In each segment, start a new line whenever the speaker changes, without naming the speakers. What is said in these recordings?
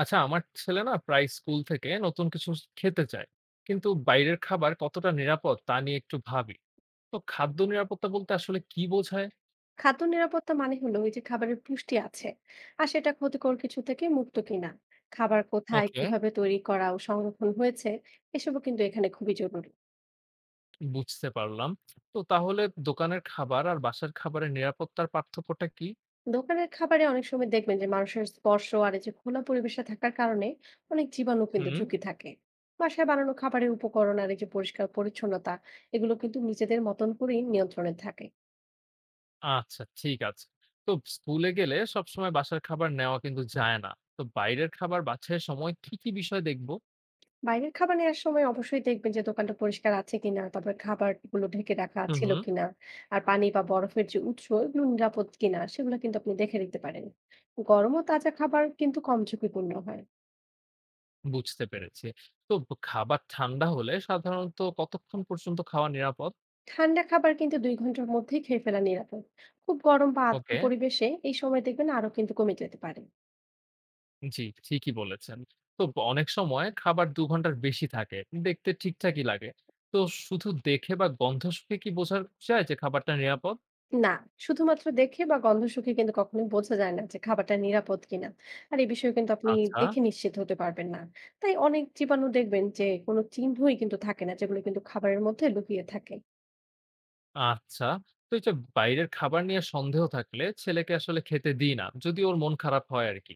আচ্ছা, আমার ছেলে না প্রায় স্কুল থেকে নতুন কিছু খেতে চায়, কিন্তু বাইরের খাবার কতটা নিরাপদ তা নিয়ে একটু ভাবি। তো খাদ্য নিরাপত্তা বলতে আসলে কি বোঝায়?
খাদ্য নিরাপত্তা মানে হলো ওই যে খাবারের পুষ্টি আছে আর সেটা ক্ষতিকর কিছু থেকে মুক্ত কিনা। খাবার কোথায়
ওকে,
কিভাবে তৈরি করা ও সংরক্ষণ হয়েছে এসবও কিন্তু এখানে খুবই জরুরি।
বুঝতে পারলাম। তো তাহলে দোকানের খাবার আর বাসার খাবারের নিরাপত্তার পার্থক্যটা কি?
দোকানের খাবারে অনেক সময় দেখবেন যে মানুষের স্পর্শ আর এই যে খোলা পরিবেশে থাকার কারণে অনেক জীবাণু কিন্তু
হুম।
ঝুঁকি থাকে। বাসায় বানানো খাবারের উপকরণ আর এই যে পরিষ্কার পরিচ্ছন্নতা এগুলো কিন্তু নিজেদের মতন করেই নিয়ন্ত্রণে থাকে।
আচ্ছা, ঠিক আছে। তো স্কুলে গেলে সবসময় বাসার খাবার নেওয়া কিন্তু যায় না। তো বাইরের খাবার বাছাইয়ের সময় কি কি বিষয় দেখবো?
বাইরের খাবার নেওয়ার সময় অবশ্যই দেখবেন যে দোকানটা পরিষ্কার আছে কিনা, তারপর খাবার গুলো ঢেকে রাখা
হুম,
ছিল
হুম।
কিনা, আর পানি বা বরফের যে উৎস এগুলো নিরাপদ কিনা সেগুলো কিন্তু আপনি দেখে নিতে পারেন। গরম ও তাজা খাবার কিন্তু কম ঝুঁকিপূর্ণ হয়।
বুঝতে পেরেছি। তো খাবার ঠান্ডা হলে সাধারণত কতক্ষণ পর্যন্ত খাওয়া নিরাপদ?
ঠান্ডা খাবার কিন্তু ২ ঘন্টার মধ্যেই খেয়ে ফেলা নিরাপদ। খুব গরম বা আর্দ্র
ওকে,
পরিবেশে এই সময় দেখবেন আরো কিন্তু কমে যেতে পারে।
জি, ঠিকই বলেছেন। তো অনেক সময় খাবার ২ ঘন্টার বেশি থাকে। দেখতে ঠিকঠাকই লাগে। তো শুধু দেখে বা গন্ধ শুঁকে কি বোঝা যায় যে খাবারটা নিরাপদ?
না, শুধুমাত্র দেখে বা গন্ধ শুঁকে কিন্তু কখনোই বোঝা যায় না যে খাবারটা নিরাপদ কিনা। আর এই বিষয়ে কিন্তু আপনি
আচ্ছা,
দেখে নিশ্চিত হতে পারবেন না। তাই অনেক জীবাণু দেখবেন যে কোনো চিহ্নই কিন্তু থাকে না যেগুলো কিন্তু খাবারের মধ্যে লুকিয়ে থাকে।
আচ্ছা। তো এই যে বাইরের খাবার নিয়ে সন্দেহ থাকলে ছেলেকে আসলে খেতে দিই না, যদি ওর মন খারাপ হয় আরকি।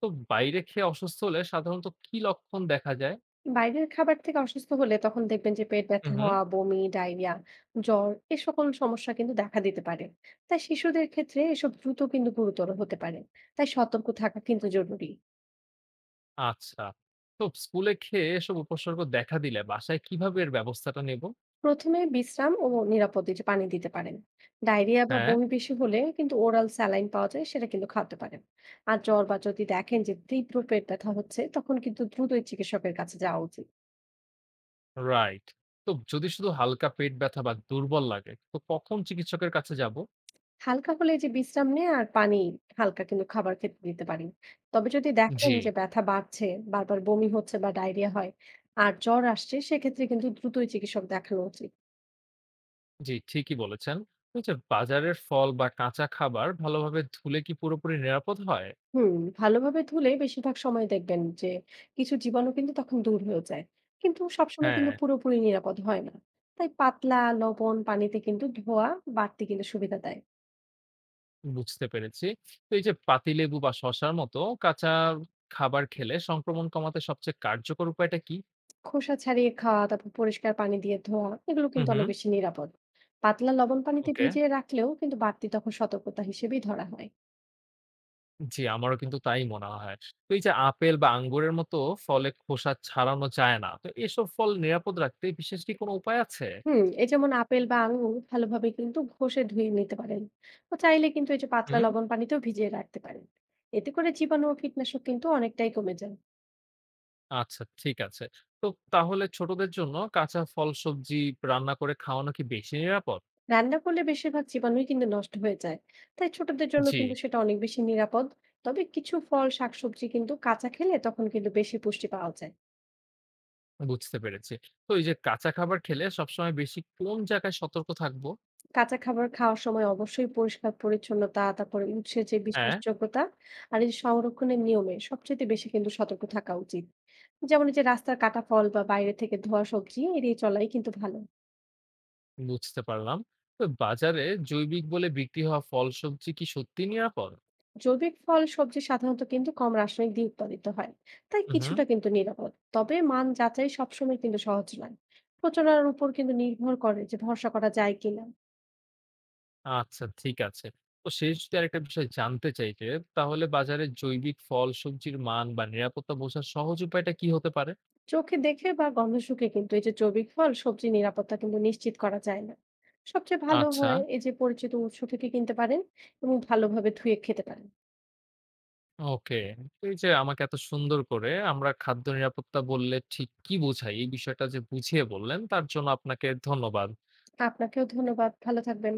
তো বাইরে খেয়ে অসুস্থ হলে সাধারণত কি লক্ষণ দেখা যায়?
বাইরের খাবার থেকে অসুস্থ হলে তখন দেখবেন যে পেট
হু,
ব্যথা
হু,
হওয়া, বমি, ডায়রিয়া, জ্বর এ সকল সমস্যা কিন্তু দেখা দিতে পারে। তাই শিশুদের ক্ষেত্রে এসব দ্রুত কিন্তু গুরুতর হতে পারে। তাই সতর্ক থাকা কিন্তু জরুরি।
আচ্ছা। তো স্কুলে খেয়ে এসব উপসর্গ দেখা দিলে বাসায় কিভাবে এর ব্যবস্থাটা নেব?
প্রথমে বিশ্রাম ও নিরাপদে যে পানি দিতে পারেন। ডায়রিয়া বা
হ্যাঁ।
বমি বেশি হলে কিন্তু ওরাল স্যালাইন পাওয়া যায়, সেটা কিন্তু খাওয়াতে পারেন। আর জ্বর বা যদি দেখেন যে তীব্র পেট ব্যথা হচ্ছে তখন কিন্তু দ্রুতই চিকিৎসকের কাছে যাওয়া উচিত।
রাইট। তো যদি শুধু হালকা পেট ব্যথা বা দুর্বল লাগে, তো কখন চিকিৎসকের কাছে যাব?
হালকা হলে যে বিশ্রাম নিয়ে আর পানি, হালকা কিন্তু খাবার খেতে দিতে পারেন। তবে যদি দেখেন
জি।
যে ব্যথা বাড়ছে, বারবার বমি হচ্ছে বা ডায়রিয়া হয় আর জ্বর আসছে, সেক্ষেত্রে কিন্তু দ্রুতই চিকিৎসক দেখানো উচিত।
জি, ঠিকই বলেছেন। তো এই যে বাজারের ফল বা কাঁচা খাবার ভালোভাবে ধুলে কি পুরোপুরি নিরাপদ হয়?
হুম, ভালোভাবে ধুলে বেশিরভাগ সময় দেখবেন যে কিছু জীবাণু কিন্তু তখন দূর হয়ে যায়, কিন্তু সবসময় কিন্তু
হ্যাঁ,
পুরোপুরি নিরাপদ হয় না। তাই পাতলা লবণ পানিতে কিন্তু ধোয়া বাড়তি কিন্তু সুবিধা দেয়।
বুঝতে পেরেছি। তো এই যে পাতিলেবু বা শসার মতো কাঁচা খাবার খেলে সংক্রমণ কমাতে সবচেয়ে কার্যকর উপায়টা কি?
খোসা ছাড়িয়ে খাওয়া তারপর পরিষ্কার পানি দিয়ে ধোয়া এগুলো
হুম,
কিন্তু অনেক
হুম।
বেশি নিরাপদ। পাতলা লবণ পানিতে
ওকে।
ভিজিয়ে রাখলেও কিন্তু বাড়তি তখন সতর্কতা হিসেবেই ধরা হয়।
জি, আমারও কিন্তু তাই মনে হয়। তো এই যে আপেল বা আঙ্গুরের মতো ফলে খোসা ছাড়ানো যায় না। তো এসব ফল নিরাপদ রাখতে বিশেষ কি কোনো উপায় আছে?
হুম, এই যেমন আপেল বা আঙুর ভালোভাবে কিন্তু ঘষে ধুয়ে নিতে পারেন ও চাইলে কিন্তু এই যে পাতলা
হুম।
লবণ পানিতেও ভিজিয়ে রাখতে পারেন। এতে করে জীবাণু ও কীটনাশক কিন্তু অনেকটাই কমে যায়।
আচ্ছা, ঠিক আছে। তো তাহলে ছোটদের জন্য কাঁচা ফল সবজি রান্না করে খাওয়ানো কি বেশি নিরাপদ?
রান্না করলে বেশিরভাগ জীবাণুই কিন্তু নষ্ট হয়ে যায়, তাই ছোটদের জন্য
জি,
কিন্তু সেটা অনেক বেশি নিরাপদ। তবে কিছু ফল শাকসবজি কিন্তু কাঁচা খেলে তখন কিন্তু বেশি পুষ্টি পাওয়া যায়।
বুঝতে পেরেছি। তো এই যে কাঁচা খাবার খেলে সবসময় বেশি কোন জায়গায় সতর্ক থাকবো?
কাঁচা খাবার খাওয়ার সময় অবশ্যই পরিষ্কার পরিচ্ছন্নতা, তারপরে উৎসের যে
হ্যাঁ,
বিশ্বাসযোগ্যতা আর এই যে সংরক্ষণের নিয়মে সবচেয়ে বেশি কিন্তু সতর্ক থাকা উচিত। যেমন এই যে রাস্তার কাটা ফল বা বাইরে থেকে ধোয়া সবজি এড়িয়ে চলাই কিন্তু ভালো।
বুঝতে পারলাম। তো বাজারে জৈবিক বলে বিক্রি হওয়া ফল সবজি কি সত্যিই নিরাপদ?
জৈবিক ফল সবজি সাধারণত কিন্তু কম রাসায়নিক দিয়ে উৎপাদিত হয়, তাই
উহুম,
কিছুটা কিন্তু নিরাপদ। তবে মান যাচাই সবসময় কিন্তু সহজ নয়। প্রচারণার উপর কিন্তু নির্ভর করে যে ভরসা করা যায় কিনা।
আচ্ছা, ঠিক আছে। তো শেষ যদি আরেকটা বিষয় জানতে চাই যে, তাহলে বাজারে জৈবিক ফল সবজির মান বা নিরাপত্তা বোঝার সহজ উপায়টা কি হতে পারে?
চোখে দেখে বা গন্ধ শুকে কিন্তু এই যে জৈবিক ফল সবজি নিরাপত্তা কিন্তু নিশ্চিত করা যায় না। সবচেয়ে ভালো
আচ্ছা।
হয় এই যে পরিচিত উৎস থেকে কিনতে পারেন এবং ভালোভাবে ধুয়ে খেতে পারেন।
ওকে। এই যে আমাকে এত সুন্দর করে আমরা খাদ্য নিরাপত্তা বললে ঠিক কি বোঝাই এই বিষয়টা যে বুঝিয়ে বললেন তার জন্য আপনাকে ধন্যবাদ।
আপনাকেও ধন্যবাদ, ভালো থাকবেন।